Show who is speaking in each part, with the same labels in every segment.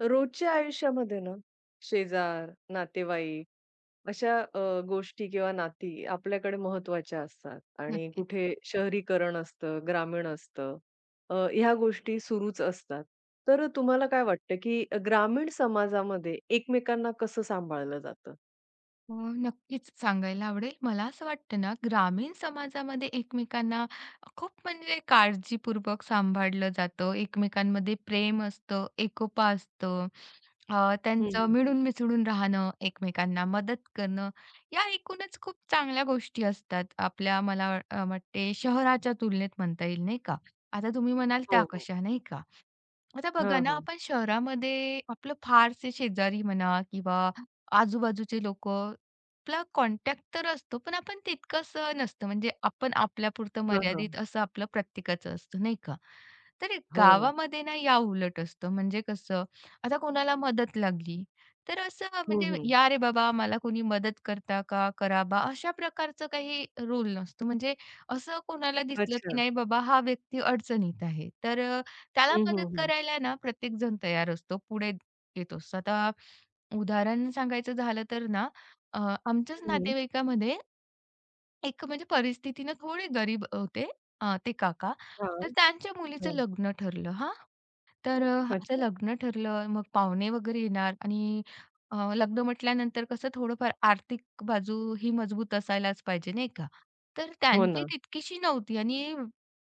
Speaker 1: रोजच्या आयुष्यामध्ये ना, शेजार, नातेवाईक अशा गोष्टी किंवा नाती आपल्याकडे महत्त्वाच्या असतात आणि
Speaker 2: नक्कीच.
Speaker 1: कुठे शहरीकरण असतं, ग्रामीण असतं. ह्या गोष्टी सुरूच असतात. तर तुम्हाला काय वाटतं, की ग्रामीण समाजामध्ये एकमेकांना कसं सांभाळलं जातं?
Speaker 2: अ, नक्कीच सांगायला आवडेल. मला असं वाटतं ना, ग्रामीण समाजामध्ये एकमेकांना खूप म्हणजे काळजीपूर्वक सांभाळलं जातं. एकमेकांमध्ये प्रेम असतं, एकोपा असतं.
Speaker 1: हं,
Speaker 2: त्यांचं
Speaker 1: हं.
Speaker 2: मिळून मिसळून राहणं, एकमेकांना मदत करणं, या एकूणच खूप चांगल्या गोष्टी असतात. आपल्या मला वाटते शहराच्या तुलनेत म्हणता येईल, नाही का? आता तुम्ही म्हणाल
Speaker 1: हो,
Speaker 2: त्या
Speaker 1: हो.
Speaker 2: कशा, नाही का? आता बघा
Speaker 1: हां,
Speaker 2: ना,
Speaker 1: हां.
Speaker 2: आपण शहरामध्ये आपलं फारसे शेजारी म्हणा किंवा आजूबाजूचे लोकं आपला कॉन्टॅक्ट तर असतो, पण आपण तितकंसं नसतं. म्हणजे आपण आपल्यापुरतं
Speaker 1: हां, हां.
Speaker 2: मर्यादित असं आपलं प्रत्येकाचं असतं, नाही का? तर
Speaker 1: हो ना.
Speaker 2: गावामध्ये ना याउलट असतं. म्हणजे कसं, आता कोणाला मदत लागली, तर असं
Speaker 1: हं,
Speaker 2: म्हणजे
Speaker 1: हं.
Speaker 2: "या रे बाबा, मला कोणी मदत करता का? करा बा." अशा प्रकारचं काही रूल नसतो. म्हणजे असं कोणाला दिसलं की
Speaker 1: अच्छा.
Speaker 2: नाही बाबा हा व्यक्ती अडचणीत आहे, तर त्याला
Speaker 1: हं,
Speaker 2: मदत
Speaker 1: हं, हं.
Speaker 2: करायला ना प्रत्येकजण तयार असतो, पुढे येत असतो. आता उदाहरण सांगायचं झालं तर ना, अ, आमच्याच
Speaker 1: हं, हं.
Speaker 2: नातेवाईकामध्ये एक म्हणजे परिस्थितीनं थोडे गरीब होते ते काका.
Speaker 1: हां,
Speaker 2: तर त्यांच्या मुलीचं
Speaker 1: हां.
Speaker 2: लग्न ठरलं हां. तर आता
Speaker 1: अच्छा.
Speaker 2: लग्न ठरलं, मग पाहुणे वगैरे येणार आणि लग्न म्हटल्यानंतर कसं थोडंफार आर्थिक बाजू ही मजबूत असायलाच पाहिजे नाही का? तर
Speaker 1: हो
Speaker 2: त्यांची
Speaker 1: ना.
Speaker 2: तितकीशी नव्हती आणि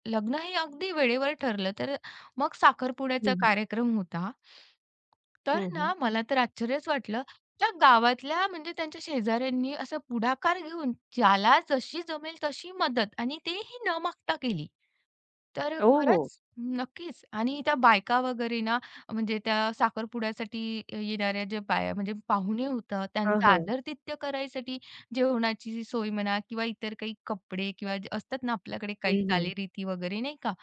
Speaker 2: लग्न हे अगदी वेळेवर ठरलं. तर मग
Speaker 1: हं,
Speaker 2: साखरपुड्याचा
Speaker 1: हं.
Speaker 2: कार्यक्रम होता. तर
Speaker 1: हं, हं.
Speaker 2: ना, मला तर आश्चर्यच वाटलं. त्या गावातल्या म्हणजे त्यांच्या शेजाऱ्यांनी असा पुढाकार घेऊन ज्याला जशी जमेल तशी मदत आणि तेही न मागता केली. तर
Speaker 1: हो, हो.
Speaker 2: खरंच नक्कीच आणि त्या बायका वगैरे ना, म्हणजे त्या साखरपुड्यासाठी येणाऱ्या ज्या बाया म्हणजे पाहुणे होतं,
Speaker 1: हां,
Speaker 2: त्यांचं
Speaker 1: हां.
Speaker 2: आदरातिथ्य करायसाठी जेवणाची सोय म्हणा किंवा इतर काही कपडे किंवा जे असतात ना आपल्याकडे
Speaker 1: हं,
Speaker 2: काही
Speaker 1: हं.
Speaker 2: चालीरीती वगैरे नाही का?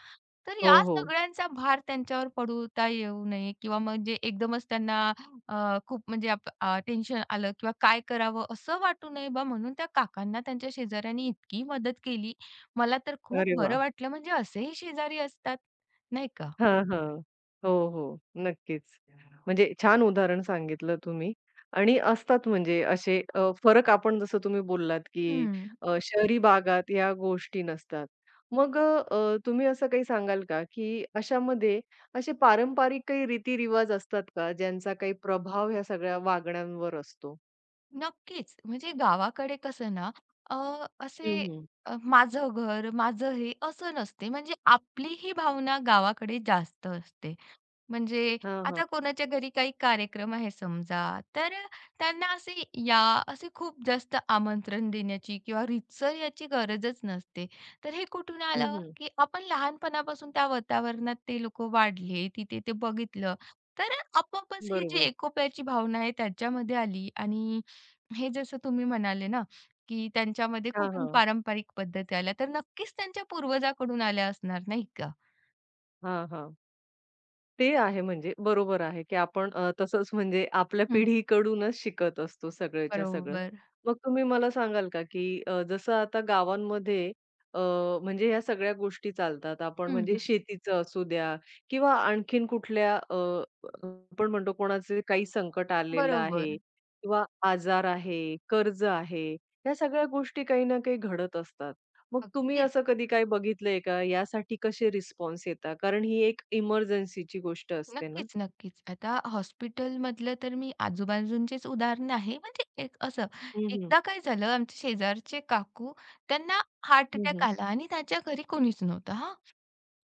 Speaker 2: तर
Speaker 1: हो,
Speaker 2: या
Speaker 1: हो.
Speaker 2: सगळ्यांचा भार त्यांच्यावर पडूता येऊ नये किंवा मग जे एकदमच त्यांना खूप म्हणजे टेन्शन आलं किंवा काय करावं असं वाटू नये बा म्हणून त्या काकांना त्यांच्या शेजाऱ्यांनी इतकी मदत केली. मला तर खूप
Speaker 1: अरे वाह!
Speaker 2: बरं वाटलं म्हणजे असेही शेजारी असतात, नाही का?
Speaker 1: हां, हां. हो, हो. नक्कीच. म्हणजे छान उदाहरण सांगितलं तुम्ही आणि असतात म्हणजे असे फरक आपण जसं तुम्ही बोललात, की
Speaker 2: हं.
Speaker 1: शहरी भागात या गोष्टी नसतात. मग तुम्ही असं काही सांगाल का, की अशामध्ये असे पारंपरिक काही रीती-रिवाज असतात का, ज्यांचा काही प्रभाव ह्या सगळ्या वागण्यांवर असतो?
Speaker 2: नक्कीच. म्हणजे गावाकडे कसं ना अ, असे
Speaker 1: हं, हं.
Speaker 2: माझं घर, माझं हे असं नसते. म्हणजे आपली ही भावना गावाकडे जास्त असते. म्हणजे
Speaker 1: हां, हां.
Speaker 2: आता कोणाच्या घरी काही कार्यक्रम आहे समजा, तर त्यांना असे या, असे खूप जास्त आमंत्रण देण्याची किंवा रीतसर याची गरजच नसते. तर हे कुठून
Speaker 1: हं,
Speaker 2: आलं,
Speaker 1: हं.
Speaker 2: की आपण लहानपणापासून त्या वातावरणात ते लोकं वाढले, तिथे ते बघितलं, तर आपोआपच ही जी
Speaker 1: बरोबर.
Speaker 2: एकोप्याची भावना आहे त्यांच्यामध्ये आली आणि हे जसं तुम्ही म्हणाले ना, की त्यांच्यामध्ये
Speaker 1: हां,
Speaker 2: कुठून
Speaker 1: हां.
Speaker 2: पारंपरिक पद्धती आल्या, तर नक्कीच त्यांच्या पूर्वजाकडून आल्या असणार, नाही का?
Speaker 1: हां, हां. ते आहे म्हणजे बरोबर आहे, की आपण तसंच म्हणजे आपल्या
Speaker 2: हं.
Speaker 1: पिढीकडूनच शिकत असतो सगळंच्या सगळं.
Speaker 2: बरोबर.
Speaker 1: मग तुम्ही मला सांगाल का, की जसं आता गावांमध्ये अ, म्हणजे ह्या सगळ्या गोष्टी चालतात. आपण
Speaker 2: हं,
Speaker 1: म्हणजे शेतीचं असू द्या किंवा आणखीन कुठल्या आपण म्हणतो कोणाचं काही संकट आलेलं आहे
Speaker 2: बरोबर.
Speaker 1: किंवा आजार आहे, कर्ज आहे, ह्या सगळ्या गोष्टी काही ना काही घडत असतात. मग तुम्ही
Speaker 2: अगदीच.
Speaker 1: असं कधी काही बघितलंय का? यासाठी कसे रिस्पॉन्स येतात? कारण ही एक इमर्जन्सीची गोष्ट असते ना?
Speaker 2: नक्कीच, नक्कीच. आता हॉस्पिटलमधलं तर मी आजूबाजूंचेच उदाहरण आहे. म्हणजे एक असं
Speaker 1: हं, हं.
Speaker 2: एकदा काय झालं आमचे शेजारचे काकू त्यांना हार्ट अटॅक
Speaker 1: हं,
Speaker 2: आला आणि त्यांच्या घरी कोणीच नव्हतं हां.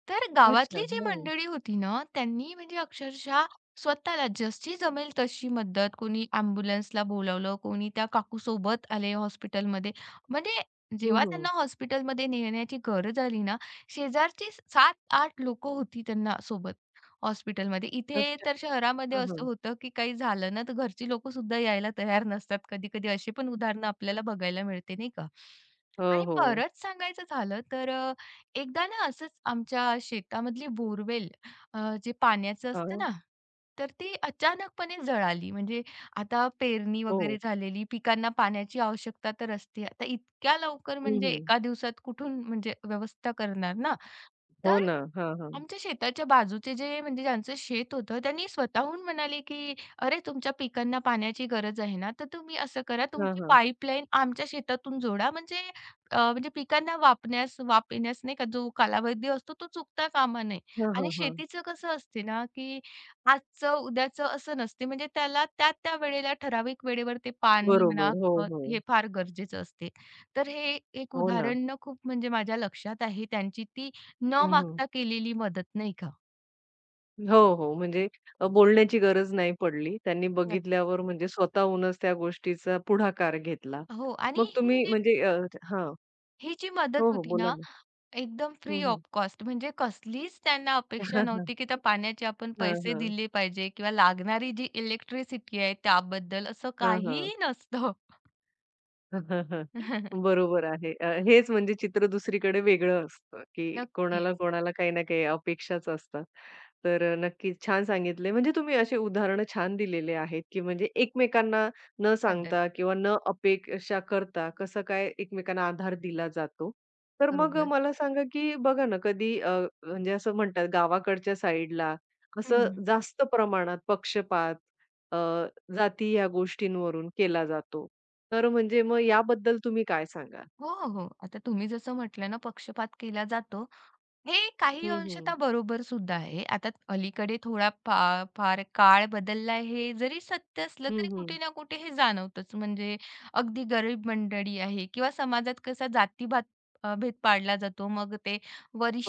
Speaker 2: तर
Speaker 1: अच्छा.
Speaker 2: गावातली जी
Speaker 1: हो.
Speaker 2: मंडळी होती ना, त्यांनी म्हणजे अक्षरशः स्वतःला जशी जमेल तशी मदत कोणी ॲम्ब्युलन्सला बोलावलं, कोणी त्या काकूसोबत आले हॉस्पिटलमध्ये. म्हणजे जेव्हा
Speaker 1: हं,
Speaker 2: त्यांना हॉस्पिटलमध्ये नेण्याची गरज आली ना, शेजारची 7-8 लोकं होती त्यांना सोबत. हॉस्पिटलमध्ये. इथे
Speaker 1: अच्छा.
Speaker 2: तर शहरामध्ये
Speaker 1: हां, हां.
Speaker 2: असं होतं, की काही झालं ना, तर घरची लोकं सुद्धा यायला तयार नसतात. कधी-कधी अशी पण उदाहरणं आपल्याला बघायला मिळते, नाही का?
Speaker 1: हो,
Speaker 2: आणि
Speaker 1: हो.
Speaker 2: परत सांगायचं झालं तर एकदा ना असंच आमच्या शेतामधली बोरवेल जे पाण्याचं असतं
Speaker 1: हां.
Speaker 2: ना, तर ती अचानकपणे जळाली. म्हणजे आता पेरणी
Speaker 1: हो.
Speaker 2: वगैरे झालेली, पिकांना पाण्याची आवश्यकता तर असते. आता इतक्या लवकर
Speaker 1: हं,
Speaker 2: म्हणजे
Speaker 1: हं.
Speaker 2: एका दिवसात कुठून म्हणजे व्यवस्था करणार ना?
Speaker 1: हो
Speaker 2: तर
Speaker 1: ना. हां, हां.
Speaker 2: आमच्या शेताच्या बाजूचे जे म्हणजे ज्यांचं शेत होतं, त्यांनी स्वतःहून म्हणाले, की "अरे, तुमच्या पिकांना पाण्याची गरज आहे ना, तर तुम्ही असं करा,
Speaker 1: हां,
Speaker 2: तुमची
Speaker 1: हां.
Speaker 2: पाईपलाईन आमच्या शेतातून जोडा, म्हणजे म्हणजे पिकांना वापरण्यास नाही का, जो कालावधी असतो, तो चुकता कामा नये."
Speaker 1: हां, हां,
Speaker 2: आणि
Speaker 1: हां.
Speaker 2: शेतीचं कसं असते ना, की आजचं, उद्याचं असं नसते. म्हणजे त्याला त्या-त्या वेळेला, ठराविक वेळेवर ते पाणी
Speaker 1: बरोबर.
Speaker 2: म्हणा,
Speaker 1: हो,
Speaker 2: खत
Speaker 1: हो.
Speaker 2: हे फार गरजेचं असते. तर हे एक
Speaker 1: हो ना.
Speaker 2: उदाहरण खूप म्हणजे माझ्या लक्षात आहे. त्यांची ती न
Speaker 1: हं,
Speaker 2: मागता केलेली मदत, नाही का?
Speaker 1: हो, हो. म्हणजे बोलण्याची गरज नाही पडली. त्यांनी
Speaker 2: नक्कीच.
Speaker 1: बघितल्यावर म्हणजे स्वतःहूनच त्या गोष्टीचा पुढाकार घेतला.
Speaker 2: हो आणि
Speaker 1: मग तुम्ही म्हणजे हां.
Speaker 2: ही जी मदत
Speaker 1: हो, हो.
Speaker 2: होती
Speaker 1: बोला
Speaker 2: ना,
Speaker 1: ना.
Speaker 2: एकदम
Speaker 1: हं,
Speaker 2: फ्री
Speaker 1: हं.
Speaker 2: ऑफ कॉस्ट म्हणजे कसलीच त्यांना अपेक्षा नव्हती, की त्या पाण्याचे आपण
Speaker 1: हां,
Speaker 2: पैसे
Speaker 1: हां.
Speaker 2: दिले पाहिजे किंवा लागणारी जी इलेक्ट्रिसिटी आहे त्याबद्दल असं
Speaker 1: हां, हां.
Speaker 2: काहीही नसतं.
Speaker 1: बरोबर आहे. हेच म्हणजे चित्र दुसरीकडे वेगळं असतं, की
Speaker 2: नक्कीच.
Speaker 1: कोणाला कोणाला काही ना काही अपेक्षाच असतात. तर नक्कीच छान सांगितले. म्हणजे तुम्ही अशी उदाहरणं छान दिलेले आहेत, की म्हणजे एकमेकांना न
Speaker 2: मदत.
Speaker 1: सांगता किंवा न अपेक्षा करता कसं काय एकमेकांना आधार दिला जातो. तर मग
Speaker 2: बरोबर.
Speaker 1: मला सांगा, की बघा ना कधी म्हणजे असं म्हणतात गावाकडच्या साईडला
Speaker 2: हं,
Speaker 1: असं
Speaker 2: हं.
Speaker 1: जास्त प्रमाणात पक्षपात अ, जाती या गोष्टींवरून केला जातो. तर म्हणजे मग याबद्दल तुम्ही काय सांगाल?
Speaker 2: हो, हो. हो. आता तुम्ही जसं म्हटलं ना, पक्षपात केला जातो. हे काही
Speaker 1: हं, हं.
Speaker 2: अंशतः बरोबर सुद्धा आहे. आता अलीकडे थोडा फा फार काळ बदलला आहे, हे जरी सत्य असलं
Speaker 1: हं,
Speaker 2: तरी
Speaker 1: हं.
Speaker 2: कुठे ना कुठे हे जाणवतंच. म्हणजे अगदी गरीब मंडळी आहे किंवा समाजात कसा जातीभात भेद पाडला जातो. मग ते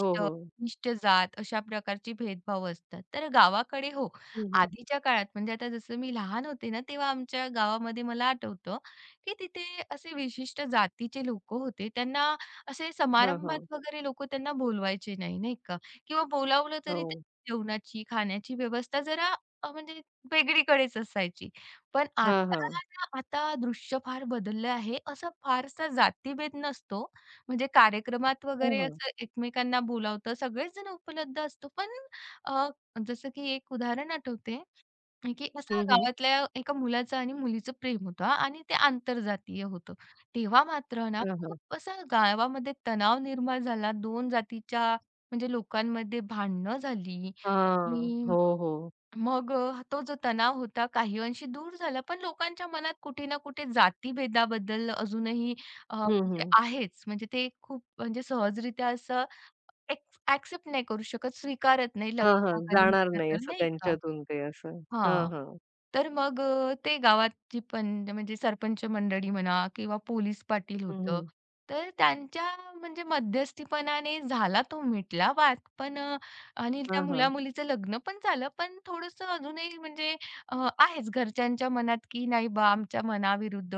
Speaker 1: हो, हो.
Speaker 2: कनिष्ठ जात अशा प्रकारचे भेदभाव असतात. तर गावाकडे हो,
Speaker 1: हं, हं.
Speaker 2: आधीच्या काळात म्हणजे आता जसं मी लहान होते ना, तेव्हा आमच्या गावामध्ये मला आठवतं, की तिथे असे विशिष्ट जातीचे लोकं होते. त्यांना असे
Speaker 1: हां, हां.
Speaker 2: समारंभात वगैरे लोकं त्यांना बोलवायचे नाही, नाही का? किंवा बोलावलं
Speaker 1: हो.
Speaker 2: तरी ते जेवणाची, खाण्याची व्यवस्था जरा म्हणजे वेगळीकडेच असायची. पण
Speaker 1: हां,
Speaker 2: आता
Speaker 1: हां.
Speaker 2: ना, आता दृश्य फार बदललं आहे. असा फारसा जातीभेद नसतो. म्हणजे कार्यक्रमात
Speaker 1: हां,
Speaker 2: वगैरे
Speaker 1: हां.
Speaker 2: असं एकमेकांना बोलावतं, सगळेच जण उपलब्ध असतो. पण अ, जसं की एक उदाहरण आठवते आणि की असा
Speaker 1: हं, हं.
Speaker 2: गावातल्या एका मुलाचं आणि मुलीचं प्रेम होतं हां आणि ते आंतरजातीय होतं. तेव्हा मात्र ना
Speaker 1: हां, हां.
Speaker 2: खूप असा गावामध्ये तणाव निर्माण झाला. 2 जातीच्या म्हणजे लोकांमध्ये भांडणं झाली
Speaker 1: हां.
Speaker 2: आणि
Speaker 1: हो, हो.
Speaker 2: मग तो जो तणाव होता काही अंशी दूर झाला. पण लोकांच्या मनात कुठे ना कुठे जातीभेदाबद्दल अजूनही
Speaker 1: हं,
Speaker 2: म्हणजे
Speaker 1: हं.
Speaker 2: आहेच. म्हणजे ते खूप म्हणजे सहजरित्या असं एक्स नाही करू शकत, स्वीकारत नाही
Speaker 1: हां, हां.
Speaker 2: लग्न वगैरे
Speaker 1: जाणार
Speaker 2: म्हटलं
Speaker 1: नाही
Speaker 2: तर
Speaker 1: असं
Speaker 2: नाही का?
Speaker 1: त्यांच्यातून ते असं. हां,
Speaker 2: हां.
Speaker 1: हां.
Speaker 2: तर मग ते गावाची पण म्हणजे सरपंच मंडळी म्हणा किंवा पोलीस पाटील
Speaker 1: हं,
Speaker 2: होतं.
Speaker 1: हं.
Speaker 2: तर त्यांच्या म्हणजे मध्यस्थीपणाने झाला तो मिटला वाद. आणि
Speaker 1: हां,
Speaker 2: त्या
Speaker 1: हां.
Speaker 2: मुला-मुलीचं लग्न पण झालं. पण थोडंसं अजूनही म्हणजे अ, आहेच घरच्यांच्या मनात, की नाही बा आमच्या मनाविरुद्ध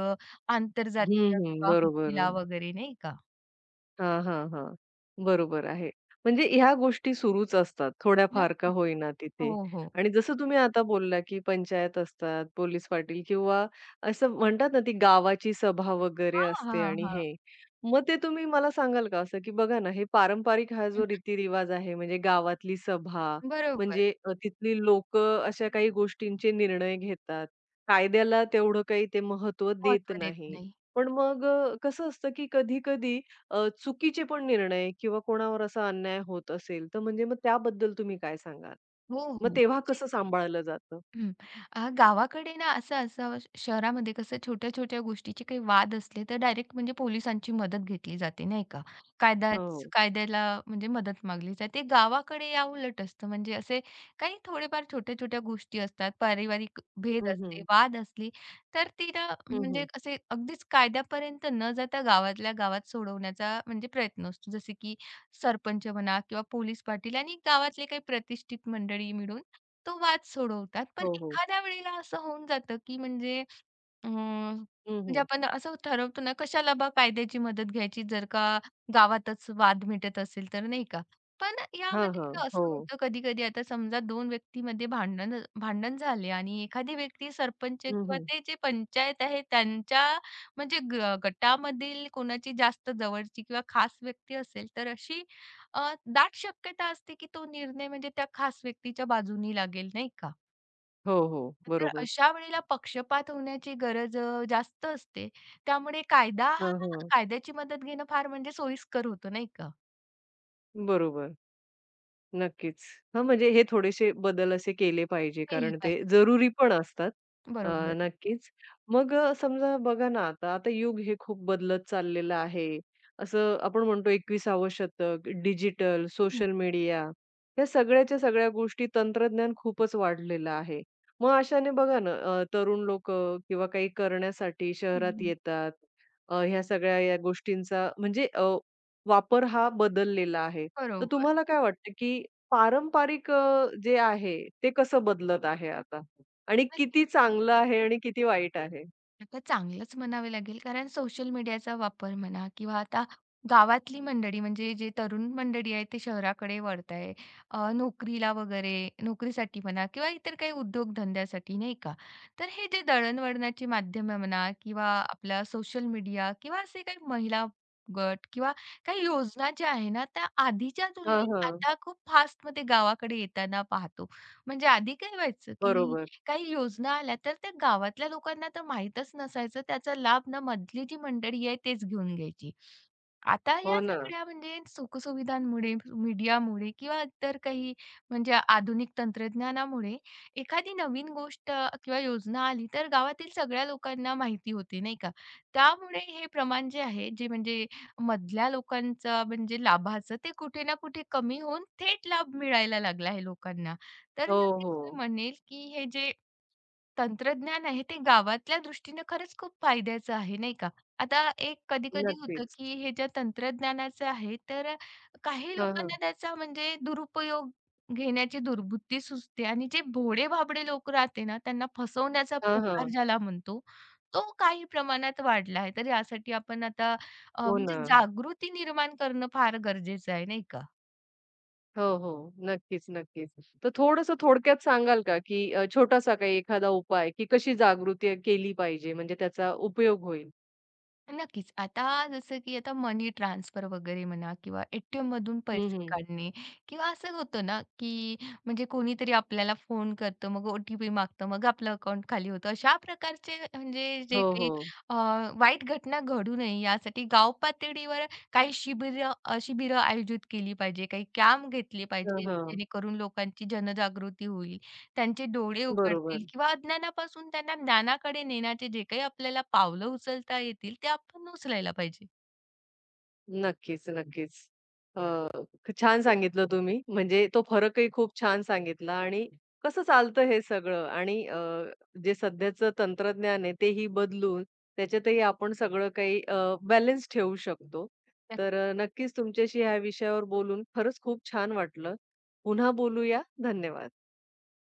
Speaker 1: हं,
Speaker 2: आंतरजातीय
Speaker 1: हं.
Speaker 2: विवाह
Speaker 1: बरोबर.
Speaker 2: केला वगैरे नाही का?
Speaker 1: हां, हां, हां. बरोबर आहे. म्हणजे ह्या गोष्टी सुरूच असतात, थोड्याफार का
Speaker 2: नक्कीच.
Speaker 1: होईना तिथे.
Speaker 2: हो, हो.
Speaker 1: आणि जसं तुम्ही आता बोलला, की पंचायत असतात, पोलीस पाटील किंवा असं म्हणतात ना, ती गावाची सभा वगैरे
Speaker 2: हां,
Speaker 1: असते
Speaker 2: हां,
Speaker 1: आणि
Speaker 2: हां.
Speaker 1: हे. मग ते तुम्ही मला सांगाल का असं, की बघा ना, हे पारंपरिक हा
Speaker 2: हं,
Speaker 1: जो रीतिरिवाज आहे, म्हणजे गावातली सभा,
Speaker 2: बरोबर.
Speaker 1: म्हणजे तिथली लोकं अशा काही गोष्टींचे निर्णय घेतात. कायद्याला तेवढं काही ते महत्त्व देत
Speaker 2: महत्त्व देत
Speaker 1: नाही.
Speaker 2: नाही.
Speaker 1: पण मग कसं असतं, की कधी-कधी चुकीचे पण निर्णय किंवा कोणावर असा अन्याय होत असेल, तर म्हणजे मग त्याबद्दल तुम्ही काय सांगाल?
Speaker 2: हो, हो.
Speaker 1: मग तेव्हा
Speaker 2: म्हणजे
Speaker 1: कसं सांभाळलं जातं?
Speaker 2: हं. गावाकडे ना असं असावं शहरामध्ये कसं छोट्या-छोट्या गोष्टीचे काही वाद असले तर डायरेक्ट म्हणजे पोलिसांची मदत घेतली जाते नाही का?
Speaker 1: हो.
Speaker 2: कायद्याला म्हणजे मदत मागली जाते. गावाकडे या उलट असतं म्हणजे असे काही थोडेफार छोट्या-छोट्या गोष्टी असतात, पारिवारिक भेद
Speaker 1: हं,
Speaker 2: असले,
Speaker 1: हं.
Speaker 2: वाद असले तर तिथं
Speaker 1: हं, हं.
Speaker 2: म्हणजे असे अगदीच कायद्यापर्यंत न जाता गावातल्या गावात सोडवण्याचा म्हणजे प्रयत्न असतो. जसे की सरपंच म्हणा किंवा पोलीस पाटील आणि गावातले काही प्रतिष्ठित मंडळी मिळून तो वाद सोडवतात. पण
Speaker 1: हो, हो.
Speaker 2: एखाद्या वेळेला असं होऊन जातं, की म्हणजे
Speaker 1: हं,
Speaker 2: म्हणजे
Speaker 1: हं.
Speaker 2: आपण असं ठरवतो ना, कशाला बा कायद्याची मदत घ्यायची, जर का गावातच वाद मिटत असेल तर, नाही का? पण
Speaker 1: हां, हां.
Speaker 2: यामध्ये
Speaker 1: हो.
Speaker 2: असं होतं कधी-कधी आता समजा 2 व्यक्तीमध्ये भांडण भांडण झाले आणि एखादी व्यक्ती सरपंच
Speaker 1: हं,
Speaker 2: किंवा
Speaker 1: हं.
Speaker 2: ते जे पंचायत आहे त्यांच्या म्हणजे गटामधील कोणाची जास्त जवळची किंवा खास व्यक्ती असेल, तर अशी दाट शक्यता असते की तो निर्णय म्हणजे त्या खास व्यक्तीच्या बाजूनी लागेल, नाही का?
Speaker 1: हो, हो.
Speaker 2: तर
Speaker 1: बरोबर.
Speaker 2: अशा वेळेला पक्षपात होण्याची गरज जास्त असते. त्यामुळे कायदा
Speaker 1: हां,
Speaker 2: हा
Speaker 1: हां.
Speaker 2: कायद्याची मदत घेणं फार म्हणजे सोयीस्कर होतं, नाही का?
Speaker 1: बरोबर. नक्कीच. हां, म्हणजे हे थोडेसे बदल असे केले पाहिजे
Speaker 2: केली
Speaker 1: कारण ते
Speaker 2: पाहिजे.
Speaker 1: जरुरी पण असतात. अ,
Speaker 2: बरोबर.
Speaker 1: नक्कीच. मग समजा बघा ना आता, आता युग हे खूप बदलत चाललेलं आहे. असं आपण म्हणतो 21सावं शतक, डिजिटल,
Speaker 2: हं.
Speaker 1: सोशल मीडिया या सगळ्याच्या सगळ्या गोष्टी तंत्रज्ञान खूपच वाढलेलं आहे. मग अशाने बघा ना तरुण लोकं किंवा काही करण्यासाठी
Speaker 2: हं,
Speaker 1: शहरात
Speaker 2: हं.
Speaker 1: येतात. ह्या सगळ्या या गोष्टींचा म्हणजे वापर हा बदललेला आहे. तर
Speaker 2: बरोबर.
Speaker 1: तुम्हाला काय वाटतं की पारंपरिक जे आहे ते कसं बदलत आहे आता आणि
Speaker 2: नक्कीच.
Speaker 1: किती चांगलं आहे आणि किती वाईट आहे?
Speaker 2: आता चांगलंच म्हणावे लागेल कारण सोशल मीडियाचा वापर म्हणा किंवा आता गावातली मंडळी म्हणजे जे तरुण मंडळी आहे ते शहराकडे वळत आहे नोकरीला वगैरे नोकरीसाठी म्हणा किंवा इतर काही उद्योगधंद्यासाठी नाही का तर हे जे दळणवळणाची माध्यमे म्हणा किंवा आपला सोशल मीडिया किंवा असे काही महिला गट किंवा काही योजना ज्या आहे ना त्या आधीच्या
Speaker 1: हां,
Speaker 2: तुलनेत
Speaker 1: हां.
Speaker 2: आता खूप फास्टमध्ये गावाकडे येताना पाहतो म्हणजे आधी काय व्हायचं की
Speaker 1: बरोबर.
Speaker 2: काही योजना आल्या, तर त्या गावातल्या लोकांना तर माहीतच नसायचं. त्याचा लाभ ना मधली जी मंडळी आहे तेच घेऊन घ्यायची. आता या
Speaker 1: हो ना.
Speaker 2: सगळ्या म्हणजे सुखसुविधांमुळे, मीडियामुळे किंवा इतर काही म्हणजे आधुनिक तंत्रज्ञानामुळे एखादी नवीन गोष्ट किंवा योजना आली, तर गावातील सगळ्या लोकांना माहिती होते, नाही का? त्यामुळे हे प्रमाण जे आहे, जे म्हणजे मधल्या लोकांचं म्हणजे लाभाचं ते कुठे ना कुठे कमी होऊन थेट लाभ मिळायला लागला आहे लोकांना. तर
Speaker 1: हो,
Speaker 2: नक्कीच मी
Speaker 1: हो.
Speaker 2: म्हणेल, की हे जे तंत्रज्ञान आहे ते गावातल्या दृष्टीने खरंच खूप फायद्याचं आहे, नाही का? आता एक कधी-कधी होतं,
Speaker 1: नक्कीच.
Speaker 2: की हे ज्या तंत्रज्ञानाचं आहे, तर काही
Speaker 1: हां, हां.
Speaker 2: लोकांना त्याचा म्हणजे दुरुपयोग घेण्याची दुर्बुद्धी सुचते आणि जे भोळे-भाबडे लोक राहते ना, त्यांना फसवण्याचा
Speaker 1: हां,
Speaker 2: प्रकार
Speaker 1: हां.
Speaker 2: ज्याला म्हणतो, तो काही प्रमाणात वाढला आहे. तर यासाठी आपण आता
Speaker 1: हो ना.
Speaker 2: म्हणजे जागृती निर्माण करणं फार गरजेचं आहे, नाही का?
Speaker 1: हो, हो. नक्कीच, नक्कीच. तर थोडंसं थोडक्यात सांगाल का, की छोटासा काही एखादा उपाय, की कशी जागृती केली पाहिजे म्हणजे त्याचा उपयोग होईल?
Speaker 2: नक्कीच. आता जसं की आता मनी ट्रान्सफर वगैरे म्हणा किंवा एटीएममधून
Speaker 1: हं,
Speaker 2: पैसे
Speaker 1: हं.
Speaker 2: काढणे किंवा असं होतं ना, की म्हणजे कोणीतरी आपल्याला फोन करतं, मग ओटीपी टी पी मागतं, मग आपलं अकाउंट खाली होतं. अशा प्रकारचे म्हणजे जे
Speaker 1: हो,
Speaker 2: काही
Speaker 1: हो.
Speaker 2: अ, वाईट घटना घडू नये यासाठी गाव पातळीवर काही शिबिरं शिबिरं आयोजित केली पाहिजे, काही कॅम्प घेतले
Speaker 1: हां,
Speaker 2: पाहिजे,
Speaker 1: हां.
Speaker 2: जेणेकरून लोकांची जनजागृती होईल. त्यांचे डोळे
Speaker 1: बरोबर.
Speaker 2: उघडतील किंवा अज्ञानापासून त्यांना ज्ञानाकडे नेण्याचे जे काही आपल्याला पावलं उचलता येतील, ते आपण उचलायला पाहिजे.
Speaker 1: नक्कीच, नक्कीच. अ, छान सांगितलं तुम्ही. म्हणजे तो फरकही खूप छान सांगितला आणि कसं चालतं हे सगळं आणि जे सध्याचं तंत्रज्ञान आहे तेही बदलून त्याच्यातही आपण सगळं काही बॅलन्स ठेवू शकतो.
Speaker 2: नक्की.
Speaker 1: तर नक्कीच तुमच्याशी ह्या विषयावर बोलून खरंच खूप छान वाटलं. पुन्हा बोलूया. धन्यवाद.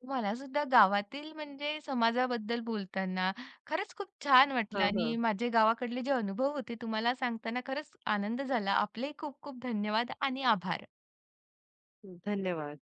Speaker 2: मला सुद्धा गावातील म्हणजे समाजाबद्दल बोलताना खरंच खूप छान वाटलं
Speaker 1: हां,
Speaker 2: आणि
Speaker 1: हां.
Speaker 2: माझे गावाकडले जे अनुभव होते तुम्हाला सांगताना खरंच आनंद झाला. आपले खूप खूप धन्यवाद आणि आभार.
Speaker 1: धन्यवाद.